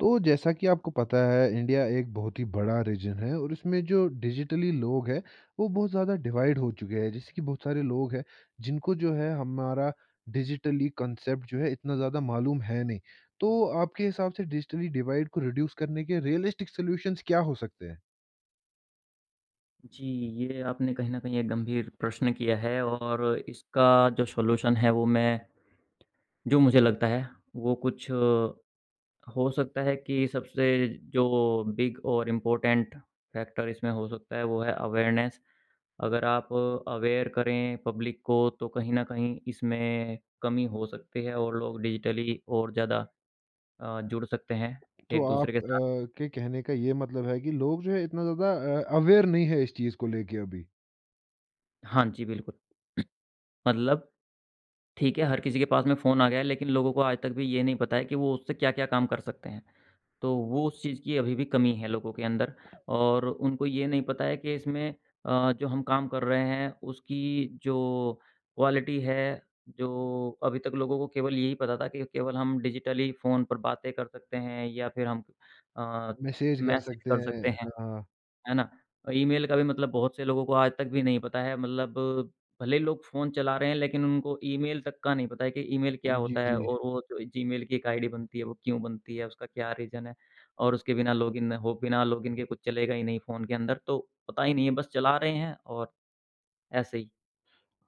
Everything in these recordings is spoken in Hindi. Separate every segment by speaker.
Speaker 1: तो जैसा कि आपको पता है इंडिया एक बहुत ही बड़ा रीजन है और इसमें जो डिजिटली लोग हैं वो बहुत ज़्यादा डिवाइड हो चुके हैं, जैसे कि बहुत सारे लोग हैं जिनको जो है हमारा डिजिटली कंसेप्ट जो है इतना ज़्यादा मालूम है नहीं। तो आपके हिसाब से डिजिटली डिवाइड को रिड्यूस करने के रियलिस्टिक सॉल्यूशंस क्या हो सकते हैं?
Speaker 2: जी, ये आपने कहीं न कहीं एक गंभीर प्रश्न किया है। और इसका जो सॉल्यूशन है वो मैं जो मुझे लगता है वो कुछ हो सकता है कि सबसे जो बिग और इम्पोर्टेंट फैक्टर इसमें हो सकता है वो है अवेयरनेस। अगर आप अवेयर करें पब्लिक को तो कहीं न कहीं इसमें कमी हो सकती है और लोग डिजिटली और ज़्यादा जुड़ सकते हैं
Speaker 1: तो आप
Speaker 2: एक-दूसरे के साथ।
Speaker 1: के कहने का ये मतलब है कि लोग जो है इतना ज़्यादा अवेयर नहीं है इस चीज़ को लेके अभी।
Speaker 2: हाँ जी, बिल्कुल। मतलब ठीक है, हर किसी के पास में फ़ोन आ गया है, लेकिन लोगों को आज तक भी ये नहीं पता है कि वो उससे क्या-क्या काम कर सकते हैं। तो वो उस चीज़ की अभी भी कमी है लोगों के अंदर और उनको ये नहीं पता है कि इसमें जो हम काम कर रहे हैं, उसकी जो क्वालिटी है, जो अभी तक लोगों को केवल यही पता था कि केवल हम डिजिटली फ़ोन पर बातें कर सकते हैं या फिर हम अ,
Speaker 1: मैसेज कर
Speaker 2: मैसेज
Speaker 1: सकते
Speaker 2: कर
Speaker 1: हैं,
Speaker 2: सकते हैं।
Speaker 1: हाँ।
Speaker 2: है ना? और ईमेल का भी मतलब बहुत से लोगों को आज तक भी नहीं पता है। मतलब भले ही लोग फ़ोन चला रहे हैं लेकिन उनको ईमेल तक का नहीं पता है कि ईमेल क्या
Speaker 1: जी
Speaker 2: होता है
Speaker 1: जी।
Speaker 2: और वो जो जीमेल की एक आईडी बनती है वो क्यों बनती है, उसका क्या रीज़न है। और उसके बिना लॉगिन हो बिना लॉगिन के कुछ चलेगा ही नहीं फ़ोन के अंदर। तो पता ही नहीं है, बस चला रहे हैं और ऐसे ही।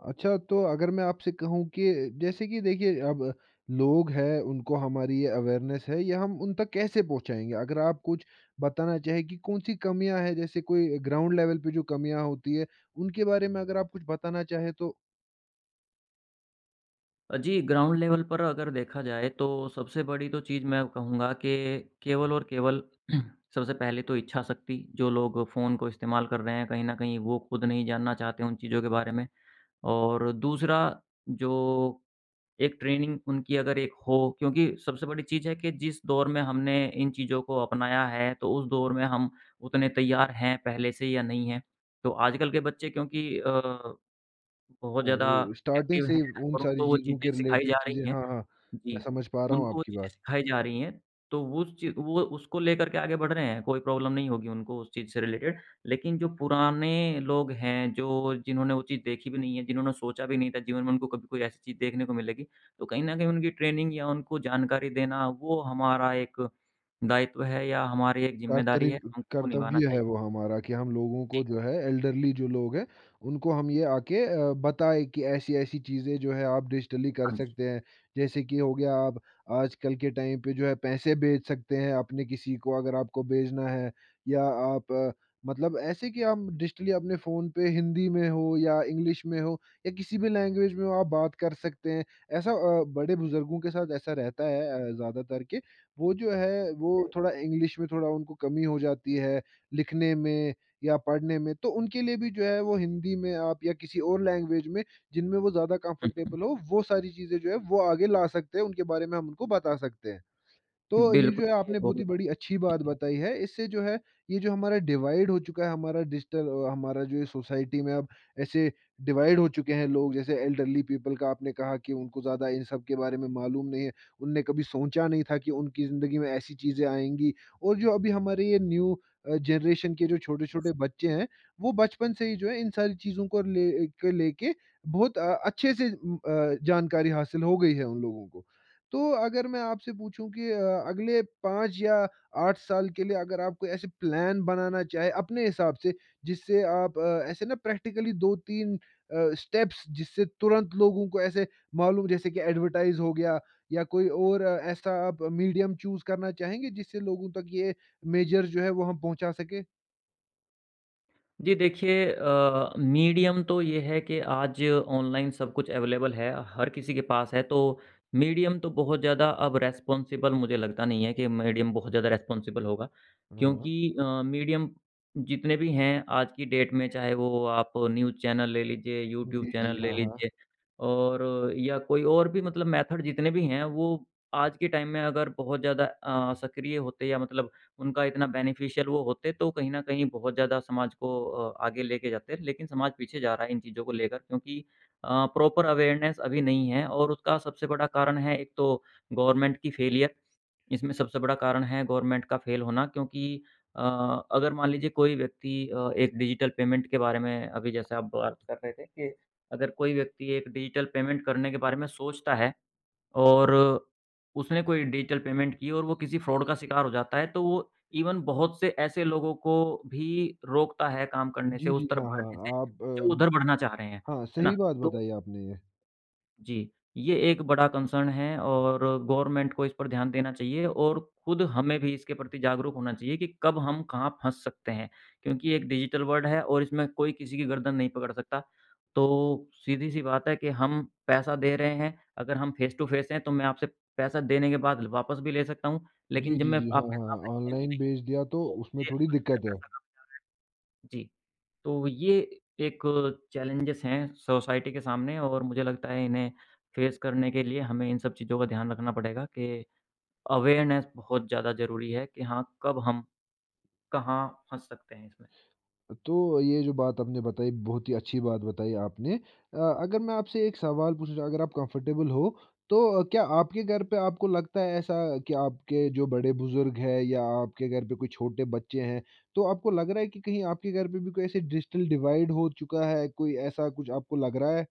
Speaker 1: अच्छा, तो अगर मैं आपसे कहूँ कि जैसे कि देखिए अब लोग हैं, उनको हमारी ये अवेयरनेस है, ये हम उन तक कैसे पहुँचाएँगे? अगर आप कुछ बताना चाहें कि कौन-सी कमियाँ हैं, जैसे कोई ग्राउंड लेवल पे जो कमियाँ होती है, उनके बारे में अगर आप कुछ बताना चाहें तो।
Speaker 2: जी, ग्राउंड लेवल पर अगर देखा जाए तो सबसे बड़ी तो चीज़ मैं कहूँगा कि केवल और केवल सबसे पहले तो इच्छाशक्ति, जो लोग फ़ोन को इस्तेमाल कर रहे हैं, कहीं न कहीं वो खुद नहीं जानना चाहते उन चीज़ों के बारे में। और दूसरा जो एक ट्रेनिंग उनकी अगर एक हो, क्योंकि सबसे बड़ी चीज़ है कि जिस दौर में हमने इन चीज़ों को अपनाया है, तो उस दौर में हम उतने तैयार हैं पहले से या नहीं हैं। तो आजकल के बच्चे क्योंकि बहुत
Speaker 1: हाँ,
Speaker 2: ज़्यादा
Speaker 1: वो स्टार्टिंग
Speaker 2: एक्टिव
Speaker 1: से ही
Speaker 2: हैं
Speaker 1: उन
Speaker 2: और
Speaker 1: सारी
Speaker 2: उनको वो
Speaker 1: चीज़ों
Speaker 2: चीज़ें
Speaker 1: के
Speaker 2: सिखाई
Speaker 1: रिलेटेड
Speaker 2: जा
Speaker 1: चीज़ें,
Speaker 2: रही हैं।
Speaker 1: हाँ, हाँ, मैं
Speaker 2: जी,
Speaker 1: समझ पा रहा हूँ
Speaker 2: उनको वो
Speaker 1: आपकी
Speaker 2: चीज़ें
Speaker 1: बात।
Speaker 2: सिखाई जा रही हैं, तो वो उस ची वो उसको लेकर के आगे बढ़ रहे हैं, कोई प्रॉब्लम नहीं होगी उनको उस चीज़ से रिलेटेड। लेकिन जो पुराने लोग हैं, जो जिन्होंने वो चीज़ देखी भी नहीं है, जिन्होंने सोचा भी नहीं था जीवन में उनको कभी कोई ऐसी चीज़ देखने को मिलेगी, तो कहीं न कहीं उनकी ट्रेनिंग या उनको जानकारी देना, वो हमारा एक दायित्व है या हमारी एक
Speaker 1: कर्तरी
Speaker 2: ज़िम्मेदारी है, हमको वो निभाना
Speaker 1: कर्तव्य है
Speaker 2: चाहिए।
Speaker 1: वो हमारा कि हम लोगों को
Speaker 2: जी,
Speaker 1: जो है एल्डरली जो लोग हैं, उनको हम ये आके बताएँ कि ऐसी-ऐसी चीज़ें जो है आप डिजिटली कर
Speaker 2: हाँ जी।
Speaker 1: सकते हैं। जैसे कि हो गया आप आजकल के टाइम पे जो है पैसे भेज सकते हैं अपने किसी को अगर आपको भेजना है, या आप मतलब ऐसे कि आप डिजिटली अपने फ़ोन पे हिंदी में हो या इंग्लिश में हो या किसी भी लैंग्वेज में हो आप बात कर सकते हैं। ऐसा बड़े बुज़ुर्गों के साथ ऐसा रहता है, ज़्यादातर के वो जो है, वो
Speaker 2: जी।
Speaker 1: थोड़ा इंग्लिश में थोड़ा उनको कमी हो जाती है, लिखने में या पढ़ने में, तो उनके लिए भी जो है वो हिंदी में आप या किसी और लैंग्वेज में जिनमें वो ज़्यादा
Speaker 2: हुँ,
Speaker 1: कंफर्टेबल हो, वो सारी चीज़ें जो है वो आगे ला सकते हैं, उनके बारे में हम उनको बता सकते हैं। तो
Speaker 2: हुँ।
Speaker 1: ये
Speaker 2: बिल्कुल,
Speaker 1: जो है
Speaker 2: ये
Speaker 1: आपने बहुत ही
Speaker 2: बहुत।
Speaker 1: बड़ी अच्छी बात बताई है। इससे जो है ये जो हमारा डिवाइड हो चुका है, हमारा डिजिटल हमारा जो ये सोसाइटी में अब ऐसे डिवाइड हो चुके हैं लोग, जैसे एल्डरली पीपल का आपने कहा कि उनको ज़्यादा इन सब के बारे में मालूम नहीं है। उनने कभी सोचा नहीं था कि उनकी ज़िंदगी में ऐसी चीज़ें आएँगी, और जो अभी हमारे ये न्यू जनरेशन के जो छोटे-छोटे बच्चे हैं, वो बचपन से ही जो है इन सारी चीज़ों को ले के लेके बहुत अच्छे से जानकारी हासिल हो गई है उन लोगों को। तो अगर मैं आपसे पूछूँ कि अगले 5 या 8 साल के लिए अगर आप कोई ऐसे प्लान बनाना चाहें अपने हिसाब से, जिससे आप ऐसे ना प्रैक्टिकली 2-3 स्टेप्स जिससे तुरंत लोगों को ऐसे मालूम, जैसे कि एडवर्टाइज़ हो गया या कोई और ऐसा आप मीडियम चूज़ करना चाहेंगे जिससे लोगों तक ये मेजर जो है वो हम पहुँचा सकें?
Speaker 2: जी देखिए मीडियम तो ये है कि आज ऑनलाइन सब कुछ अवेलेबल है, हर किसी के पास है, तो मीडियम तो बहुत ज़्यादा अब रेस्पॉन्सिबल मुझे लगता नहीं है कि मीडियम बहुत ज़्यादा रेस्पॉन्सिबल होगा।
Speaker 1: हाँ, हाँ।
Speaker 2: क्योंकि मीडियम जितने भी हैं आज की डेट में, चाहे वो आप न्यूज़ चैनल ले लीजिए, यूट्यूब
Speaker 1: जी, जी।
Speaker 2: चैनल ले
Speaker 1: हाँ, हाँ।
Speaker 2: लीजिए और या कोई और भी मतलब मेथड जितने भी हैं, वो आज के टाइम में अगर बहुत ज़्यादा सक्रिय होते या मतलब उनका इतना बेनिफिशियल वो होते तो कहीं न कहीं बहुत ज़्यादा समाज को आगे लेके जाते। लेकिन समाज पीछे जा रहा है इन चीज़ों को लेकर, क्योंकि प्रॉपर अवेयरनेस अभी नहीं है और उसका सबसे बड़ा कारण है, एक तो गवर्नमेंट की फेलियर, इसमें सबसे बड़ा कारण है गवर्नमेंट का फेल होना। क्योंकि अ, अगर मान लीजिए कोई व्यक्ति एक डिजिटल पेमेंट के बारे में, अभी जैसे आप बात कर रहे थे कि अगर कोई व्यक्ति एक डिजिटल पेमेंट करने के बारे में सोचता है और उसने कोई डिजिटल पेमेंट की और वो किसी फ्रॉड का शिकार हो जाता है, तो वो इवन बहुत से ऐसे लोगों को भी रोकता है काम करने से,
Speaker 1: जी,
Speaker 2: उस
Speaker 1: जी। हाँ,
Speaker 2: तरफ बढ़ने से,
Speaker 1: हाँ। आप
Speaker 2: जो उधर बढ़ना चाह रहे हैं,
Speaker 1: हाँ,
Speaker 2: है ना?
Speaker 1: सही बात
Speaker 2: तो
Speaker 1: बताई आपने ये।
Speaker 2: जी, ये एक बड़ा कंसर्न है और गवर्नमेंट को इस पर ध्यान देना चाहिए और खुद हमें भी इसके प्रति जागरूक होना चाहिए कि कब हम कहाँ फँस सकते हैं। क्योंकि एक डिजिटल वर्ल्ड है और इसमें कोई किसी की गर्दन नहीं पकड़ सकता। तो सीधी-सी बात है कि हम पैसा दे रहे हैं, अगर हम फेस टू फेस हैं तो मैं आपसे पैसा देने के बाद वापस भी ले सकता हूँ,
Speaker 1: जी,
Speaker 2: लेकिन जब
Speaker 1: जी,
Speaker 2: मैं
Speaker 1: जी। हाँ,
Speaker 2: आपके
Speaker 1: हाँ,
Speaker 2: सामने हूँ ही
Speaker 1: ऑनलाइन
Speaker 2: नहीं,
Speaker 1: बेच दिया तो
Speaker 2: तो
Speaker 1: उसमें
Speaker 2: मुझे नहीं
Speaker 1: थोड़ी
Speaker 2: पता मेरा
Speaker 1: दिक्कत है।
Speaker 2: पैसा कहाँ। जी। तो ये एक चैलेंजेस हैं सोसाइटी के सामने और मुझे लगता है इन्हें फेस करने के लिए हमें इन सब चीज़ों का ध्यान रखना पड़ेगा कि अवेयरनेस बहुत ज़्यादा ज़रूरी है कि हाँ, कब हम कहाँ फँस सकते हैं इसमें।
Speaker 1: तो ये जो बात आपने बताई बहुत ही अच्छी बात बताई आपने। अगर मैं आपसे एक सवाल पूछना चाहूँ अगर आप कंफर्टेबल हो, तो क्या आपके घर पे आपको लगता है ऐसा कि आपके जो बड़े-बुज़ुर्ग हैं या आपके घर पे कोई छोटे बच्चे हैं, तो आपको लग रहा है कि कहीं आपके घर पे भी कोई ऐसे डिजिटल डिवाइड हो चुका है, कोई ऐसा कुछ आपको लग रहा है?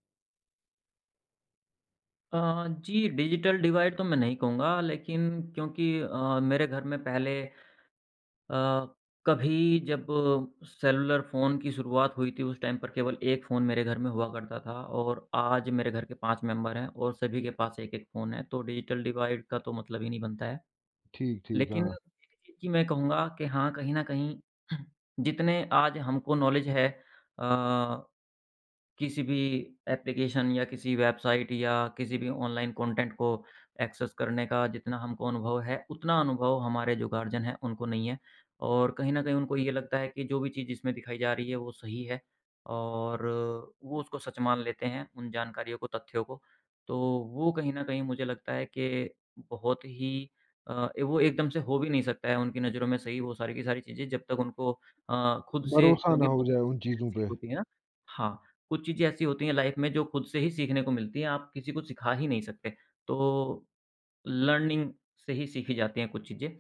Speaker 2: जी, डिजिटल डिवाइड तो मैं नहीं कहूँगा, लेकिन क्योंकि मेरे घर में पहले अ, कभी जब सेलुलर फ़ोन की शुरुआत हुई थी उस टाइम पर केवल 1 फ़ोन मेरे घर में हुआ करता था और आज मेरे घर के 5 मेंबर हैं और सभी के पास 1-1 फ़ोन है, तो डिजिटल डिवाइड का तो मतलब ही नहीं बनता है।
Speaker 1: ठीक, ठीक,
Speaker 2: लेकिन
Speaker 1: हाँ।
Speaker 2: एक चीज़ की मैं कहूँगा कि हाँ, कहीं न कहीं जितने आज हमको नॉलेज है अ, किसी भी एप्लीकेशन या किसी वेबसाइट या किसी भी ऑनलाइन कंटेंट को एक्सेस करने का जितना हमको अनुभव है, उतना अनुभव हमारे जो गार्जियन हैं, उनको नहीं है। और कहीं न कहीं उनको ये लगता है कि जो भी चीज़ इसमें दिखाई जा रही है, वो सही है और वो उसको सच मान लेते हैं, उन जानकारियों को, तथ्यों को। तो वो कहीं न कहीं मुझे लगता है कि बहुत ही वो एकदम से हो भी नहीं सकता है उनकी नज़रों में सही वो सारी की सारी चीज़ें जब तक उनको खुद से,
Speaker 1: भरोसा ना
Speaker 2: क्योंकि
Speaker 1: हो
Speaker 2: बहुत
Speaker 1: जाए उन
Speaker 2: चीज़ें
Speaker 1: चीज़ों
Speaker 2: ऐसी
Speaker 1: पे।
Speaker 2: होती हैं ना। हाँ, कुछ चीज़ें ऐसी होती हैं लाइफ में जो खुद से ही सीखने को मिलती हैं, आप किसी को सिखा ही नहीं सकते। तो लर्निंग से ही सीखी जाती हैं कुछ चीज़ें।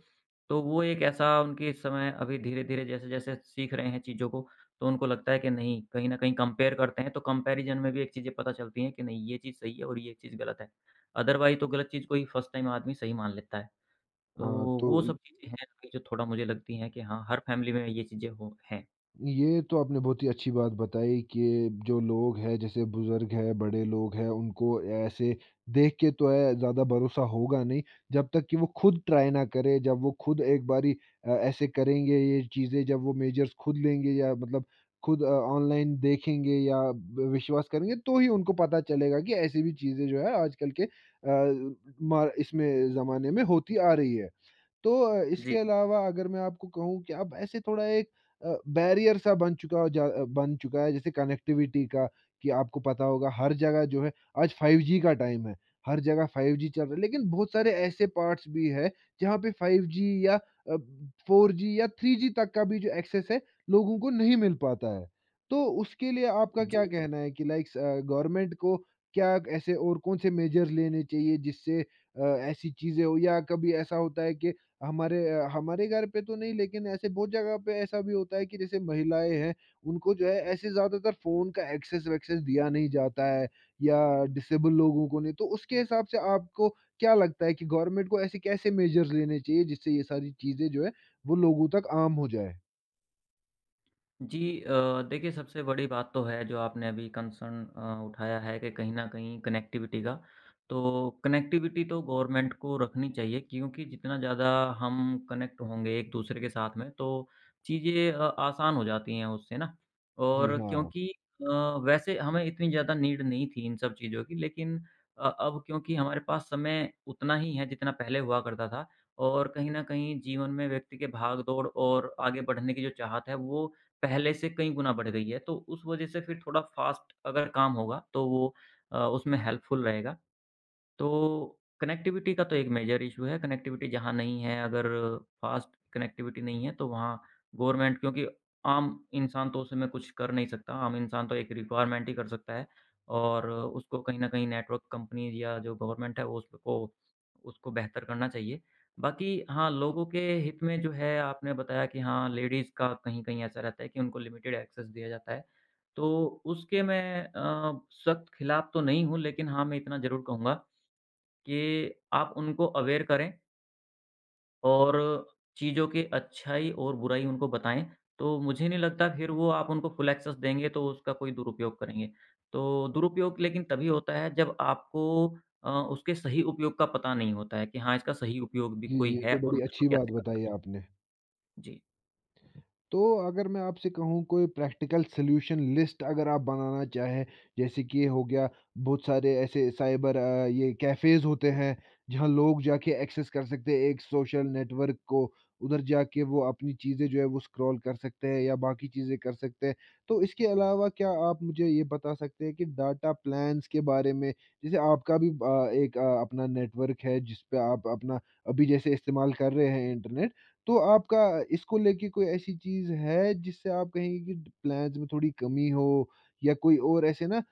Speaker 2: तो वो एक ऐसा उनके इस समय अभी धीरे-धीरे जैसे-जैसे सीख रहे हैं चीज़ों को, तो उनको लगता है कि नहीं, कहीं न कहीं कंपेयर करते हैं, तो कंपैरिज़न में भी एक चीज़ें पता चलती हैं कि नहीं, ये चीज़ सही है और ये चीज़ गलत है। अदरवाइज़ तो गलत चीज़ को ही फर्स्ट टाइम आदमी सही मान लेता है। तो
Speaker 1: हाँ, तो
Speaker 2: वो सब चीज़ें हैं अभी जो थोड़ा मुझे लगती हैं कि हाँ, हर फैमिली में ये चीज़ें हो हैं।
Speaker 1: ये तो आपने बहुत ही अच्छी बात बताई कि जो लोग हैं जैसे बुज़ुर्ग हैं, बड़े लोग हैं उनको ऐसे देख के तो है ज़्यादा भरोसा होगा नहीं, जब तक कि वो खुद ट्राई ना करें, जब वो खुद एक बारी ऐसे करेंगे ये चीज़ें, जब वो मेजर्स खुद लेंगे या मतलब खुद ऑनलाइन देखेंगे या ब विश्वास करेंगे तो ही उनको पता चलेगा कि ऐसी भी चीज़ें जो है आजकल के मार इसमें ज़माने में होती आ रही है। तो इसके
Speaker 2: जी।
Speaker 1: अलावा अगर मैं आपको कहूँ कि अब ऐसे थोड़ा एक बैरियर सा बन चुका है जैसे कनेक्टिविटी का, कि आपको पता होगा हर जगह जो है आज 5G का टाइम है, हर जगह 5G चल रहा है, लेकिन बहुत सारे ऐसे पार्ट्स भी हैं जहाँ पे 5G या 4G या 3G तक का भी जो एक्सेस है लोगों को नहीं मिल पाता है। तो उसके लिए आपका क्या
Speaker 2: जी,
Speaker 1: कहना है कि लाइक गवर्नमेंट को क्या ऐसे और कौन से मेजर्स लेने चाहिए जिससे ऐसी चीज़ें हो, या कभी ऐसा होता है कि हमारे घर पे तो नहीं, लेकिन ऐसे बहुत जगह पे ऐसा भी होता है कि जैसे महिलाएँ हैं, उनको जो है ऐसे ज़्यादातर फ़ोन का एक्सेस-वैक्सेस दिया नहीं जाता है, या डिसेबल लोगों को नहीं, तो उसके हिसाब से आपको क्या लगता है कि गवर्नमेंट को ऐसे कैसे मेजर्स लेने चाहिए जिससे ये सारी चीज़ें जो है वो लोगों तक आम हो जाए?
Speaker 2: जी, देखिए सबसे बड़ी बात तो है जो आपने अभी कंसर्न उठाया है कि कहीं न कहीं कनेक्टिविटी का। तो कनेक्टिविटी तो गवर्नमेंट को रखनी चाहिए, क्योंकि जितना ज़्यादा हम कनेक्ट होंगे एक-दूसरे के साथ में तो चीज़ें आसान हो जाती हैं उससे ना।
Speaker 1: जी
Speaker 2: और
Speaker 1: हाँ।
Speaker 2: क्योंकि अ, वैसे हमें इतनी ज़्यादा नीड नहीं थी इन सब चीज़ों की, लेकिन अब क्योंकि हमारे पास समय उतना ही है जितना पहले हुआ करता था और कहीं न कहीं जीवन में व्यक्ति के भाग-दौड़ और आगे बढ़ने की जो चाहत है वो पहले से कई गुना बढ़ गई है, तो उस वजह से फिर थोड़ा फ़ास्ट अगर काम होगा, तो वो उसमें हेल्पफुल रहेगा। तो कनेक्टिविटी का तो एक मेजर इशू है, कनेक्टिविटी जहाँ नहीं है, अगर फ़ास्ट कनेक्टिविटी नहीं है तो वहाँ गवर्नमेंट, क्योंकि आम इंसान तो उसमें कुछ कर नहीं सकता, आम इंसान तो एक रिक्वायरमेंट ही कर सकता है और उसको कहीं न कहीं नेटवर्क कंपनीज़ या जो गवर्नमेंट है वो उसको उसको बेहतर करना चाहिए। बाकी हाँ, लोगों के हित में जो है आपने बताया कि हाँ, लेडीज़ का कहीं-कहीं ऐसा रहता है कि उनको लिमिटेड एक्सेस दिया जाता है। तो उसके मैं सख्त खिलाफ तो नहीं हूँ, लेकिन हाँ, मैं इतना ज़रूर कहूँगा कि आप उनको अवेयर करें और चीज़ों की अच्छाई और बुराई उनको बताएँ, तो मुझे नहीं लगता फिर वो आप उनको फुल एक्सेस देंगे तो उसका कोई दुरुपयोग करेंगे। तो दुरुपयोग लेकिन तभी होता है जब आपको उसके सही उपयोग का पता नहीं होता है कि हाँ, इसका सही उपयोग भी
Speaker 1: जी,
Speaker 2: कोई
Speaker 1: ये
Speaker 2: है
Speaker 1: तो
Speaker 2: और
Speaker 1: बड़ी
Speaker 2: मैं इसको
Speaker 1: अच्छी बात
Speaker 2: कैसे कर सक।
Speaker 1: बताई आपने।
Speaker 2: जी।
Speaker 1: तो अगर मैं आपसे कहूँ कोई प्रैक्टिकल सॉल्यूशन लिस्ट अगर आप बनाना चाहें, जैसे कि ये हो गया बहुत सारे ऐसे साइबर ये कैफ़ेज़ होते हैं, जहाँ लोग जाके एक्सेस कर सकते हैं एक सोशल नेटवर्क को, उधर जाके वो अपनी चीज़ें जो है वो स्क्रॉल कर सकते हैं या बाकी चीज़ें कर सकते हैं। तो इसके अलावा क्या आप मुझे ये बता सकते हैं कि डाटा प्लान्स के बारे में, जैसे आपका भी एक अपना नेटवर्क है जिस पे आप अपना अभी जैसे इस्तेमाल कर रहे हैं इंटरनेट, तो आपका इसको लेके कोई ऐसी चीज़ है जिससे आप कहेंगे कि ड प्लान्स में थोड़ी कमी हो, या कोई और ऐसे ना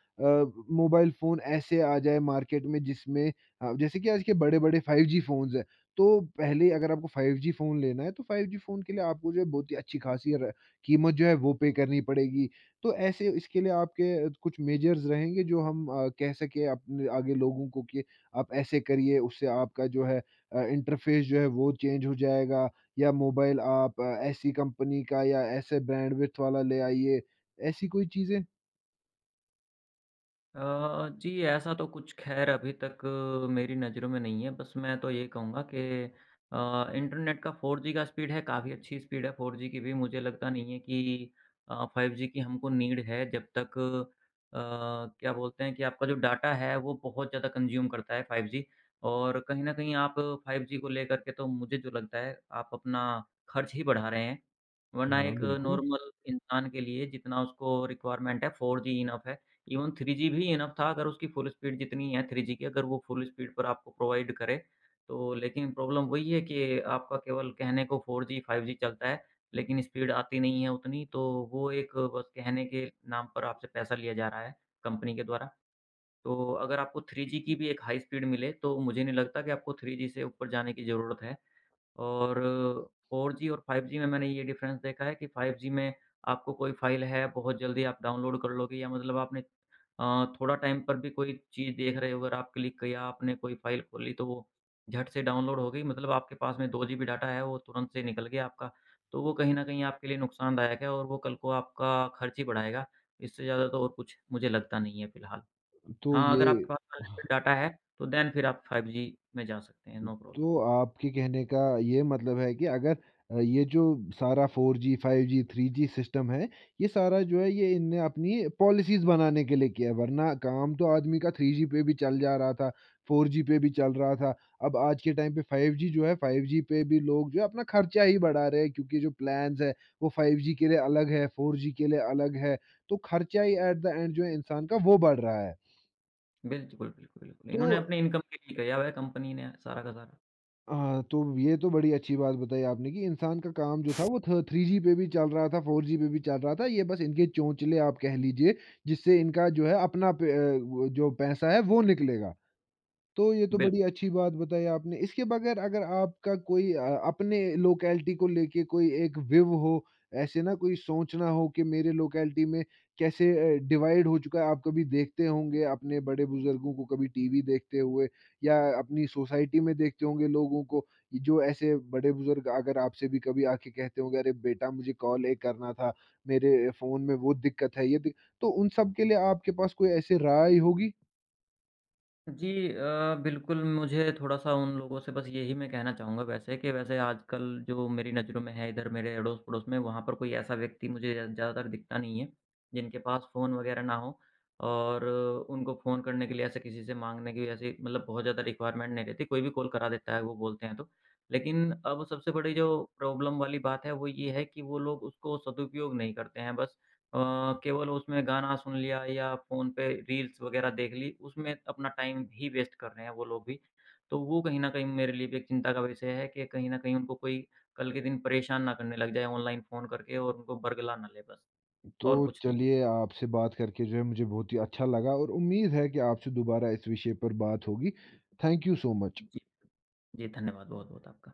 Speaker 1: मोबाइल फ़ोन ऐसे आ जाए मार्केट में जिसमें जैसे कि आज के बड़े-बड़े 5G फ़ोन्स हैं, तो पहले अगर आपको 5G फ़ोन लेना है, तो 5G फ़ोन के लिए आपको जो है बहुत ही अच्छी खासी र कीमत जो है वो पे करनी पड़ेगी। तो ऐसे इसके लिए आपके कुछ मेजर्स रहेंगे जो हम कह सकें अपने आगे लोगों को कि आप ऐसे करिए उससे आपका जो है इंटरफ़ेस जो है वो चेंज हो जाएगा, या मोबाइल आप ऐसी कंपनी का या ऐसे बैंडविड्थ वाला ले आइए, ऐसी कोई चीज़ें?
Speaker 2: जी, ऐसा तो कुछ ख़ैर अभी तक मेरी नज़रों में नहीं है। बस मैं तो ये कहूँगा कि इंटरनेट का 4G का स्पीड है, काफ़ी अच्छी स्पीड है 4G की भी। मुझे लगता नहीं है कि 5G की हमको नीड है जब तक, अ, क्या बोलते हैं कि आपका जो डाटा है वो बहुत ज़्यादा कंज़्यूम करता है 5G और कहीं न कहीं आप 5G को लेकर के तो मुझे जो लगता है आप अपना खर्च ही बढ़ा रहे हैं। वरना
Speaker 1: हाँ,
Speaker 2: एक
Speaker 1: बिल्कुल।
Speaker 2: नॉर्मल इंसान के लिए जितना उसको रिक्वायरमेंट है 4G इनफ़ है। इवन 3G भी इनफ था अगर उसकी फुल स्पीड जितनी है 3G की, अगर वो फुल स्पीड पर आपको प्रोवाइड करे, तो लेकिन प्रॉब्लम वही है कि आपका केवल कहने को 4G, 5G चलता है, लेकिन स्पीड आती नहीं है उतनी, तो वो एक बस कहने के नाम पर आपसे पैसा लिया जा रहा है कंपनी के द्वारा। तो अगर आपको 3G की भी एक हाई स्पीड मिले, तो मुझे नहीं लगता कि आपको 3G से ऊपर जाने की ज़रूरत है। और 4G और 5G में मैंने ये डिफ़रेंस देखा है कि 5G में आपको कोई फ़ाइल है, बहुत जल्दी आप डाउनलोड कर लोगे या मतलब आपने थोड़ा टाइम पर भी कोई चीज़ देख रहे हो, अगर आप क्लिक किया, आपने कोई फ़ाइल खोली तो वो झट से डाउनलोड हो गई। मतलब आपके पास में 2 जीबी डाटा है, वो तुरंत से निकल गया आपका। तो वो कहीं न कहीं आपके लिए नुकसानदायक है और वो कल को आपका खर्च ही बढ़ाएगा। इससे ज़्यादा तो और कुछ मुझे लगता नहीं है फ़िलहाल।
Speaker 1: तो
Speaker 2: हाँ,
Speaker 1: ये
Speaker 2: अगर आपके पास अनलिमिटेड डाटा है, तो देन फिर आप 5G में जा सकते हैं, नो प्रॉब्लम।
Speaker 1: तो आपके कहने का ये मतलब है कि अगर ये जो सारा 4G, 5G, 3G सिस्टम है, ये सारा जो है ये इनने अपनी पॉलिसीज़ बनाने के लिए किया है, वरना काम तो आदमी का 3G पे भी चल जा रहा था, 4G पे भी चल रहा था। अब आज के टाइम पे 5G जो है, 5G पे भी लोग जो है अपना खर्चा ही बढ़ा रहे हैं, क्योंकि जो प्लान्स हैं, वो 5G के लिए अलग है, 4G के लिए अलग है, तो खर्चा ही एट द एंड जो है इंसान का वो बढ़ रहा है।
Speaker 2: बिल्कुल, बिल्कुल, बिल्कुल।
Speaker 1: तो
Speaker 2: इन्होंने अपनी इनकम के लिए किया हुआ है, कंपनी ने सारा का सारा।
Speaker 1: हाँ, तो ये तो बड़ी अच्छी बात बताई आपने कि इंसान का काम जो था वो थ 3G पे भी चल रहा था, 4G पे भी चल रहा था। ये बस इनके चोंचले आप कह लीजिए, जिससे इनका जो है अपना प वो जो पैसा है वो निकलेगा। तो ये तो
Speaker 2: बिल
Speaker 1: बड़ी अच्छी बात बताई आपने। इसके बगैर अगर आपका कोई अपने लोकेलिटी को लेके कोई एक विव हो, ऐसे ना कोई सोच ना हो कि मेरे लोकेलिटी में कैसे डिवाइड हो चुका है। आप कभी देखते होंगे अपने बड़े-बुज़ुर्गों को कभी टीवी देखते हुए, या अपनी सोसाइटी में देखते होंगे लोगों को, ये जो ऐसे बड़े-बुज़ुर्ग अगर आपसे भी कभी आके कहते होंगे, "अरे बेटा मुझे कॉल ये करना था, मेरे फ़ोन में वो दिक्कत है, ये दिक" तो उन सब के लिए आपके पास कोई ऐसी राय होगी?
Speaker 2: जी, बिल्कुल। मुझे थोड़ा-सा उन लोगों से बस यही मैं कहना चाहूँगा, वैसे कि वैसे आजकल जो मेरी नज़रों में है इधर मेरे अड़ोस-पड़ोस में, वहाँ पर कोई ऐसा व्यक्ति मुझे ज़्यादातर दिखता नहीं है, जिनके पास फ़ोन वग़ैरह ना हो और उनको फ़ोन करने के लिए ऐसे किसी से माँगने की ऐसी मतलब बहुत ज़्यादा रिक्वायरमेंट नहीं रहती, कोई भी कॉल करा देता है वो बोलते हैं तो। लेकिन अब सबसे बड़ी जो प्रॉब्लम वाली बात है वो ये है कि वो लोग उसको सदुपयोग नहीं करते हैं, बस अ, केवल उसमें गाना सुन लिया या फ़ोन पे रील्स वगैरह देख ली, उसमें अपना टाइम ही वेस्ट कर रहे हैं वो लोग भी। तो वो कहीं न कहीं मेरे लिए भी एक चिंता का विषय है कि कहीं न कहीं उनको कोई कल के दिन परेशान ना करने लग जाए ऑनलाइन फ़ोन करके और उनको बरगला ना ले बस,
Speaker 1: तो
Speaker 2: और कुछ नहीं।
Speaker 1: चलिए आपसे बात करके जो है मुझे बहुत ही अच्छा लगा और उम्मीद है कि आपसे दोबारा इस विषय पर बात होगी। Thank you so much.
Speaker 2: जी, जी धन्यवाद बहुत-बहुत आपका।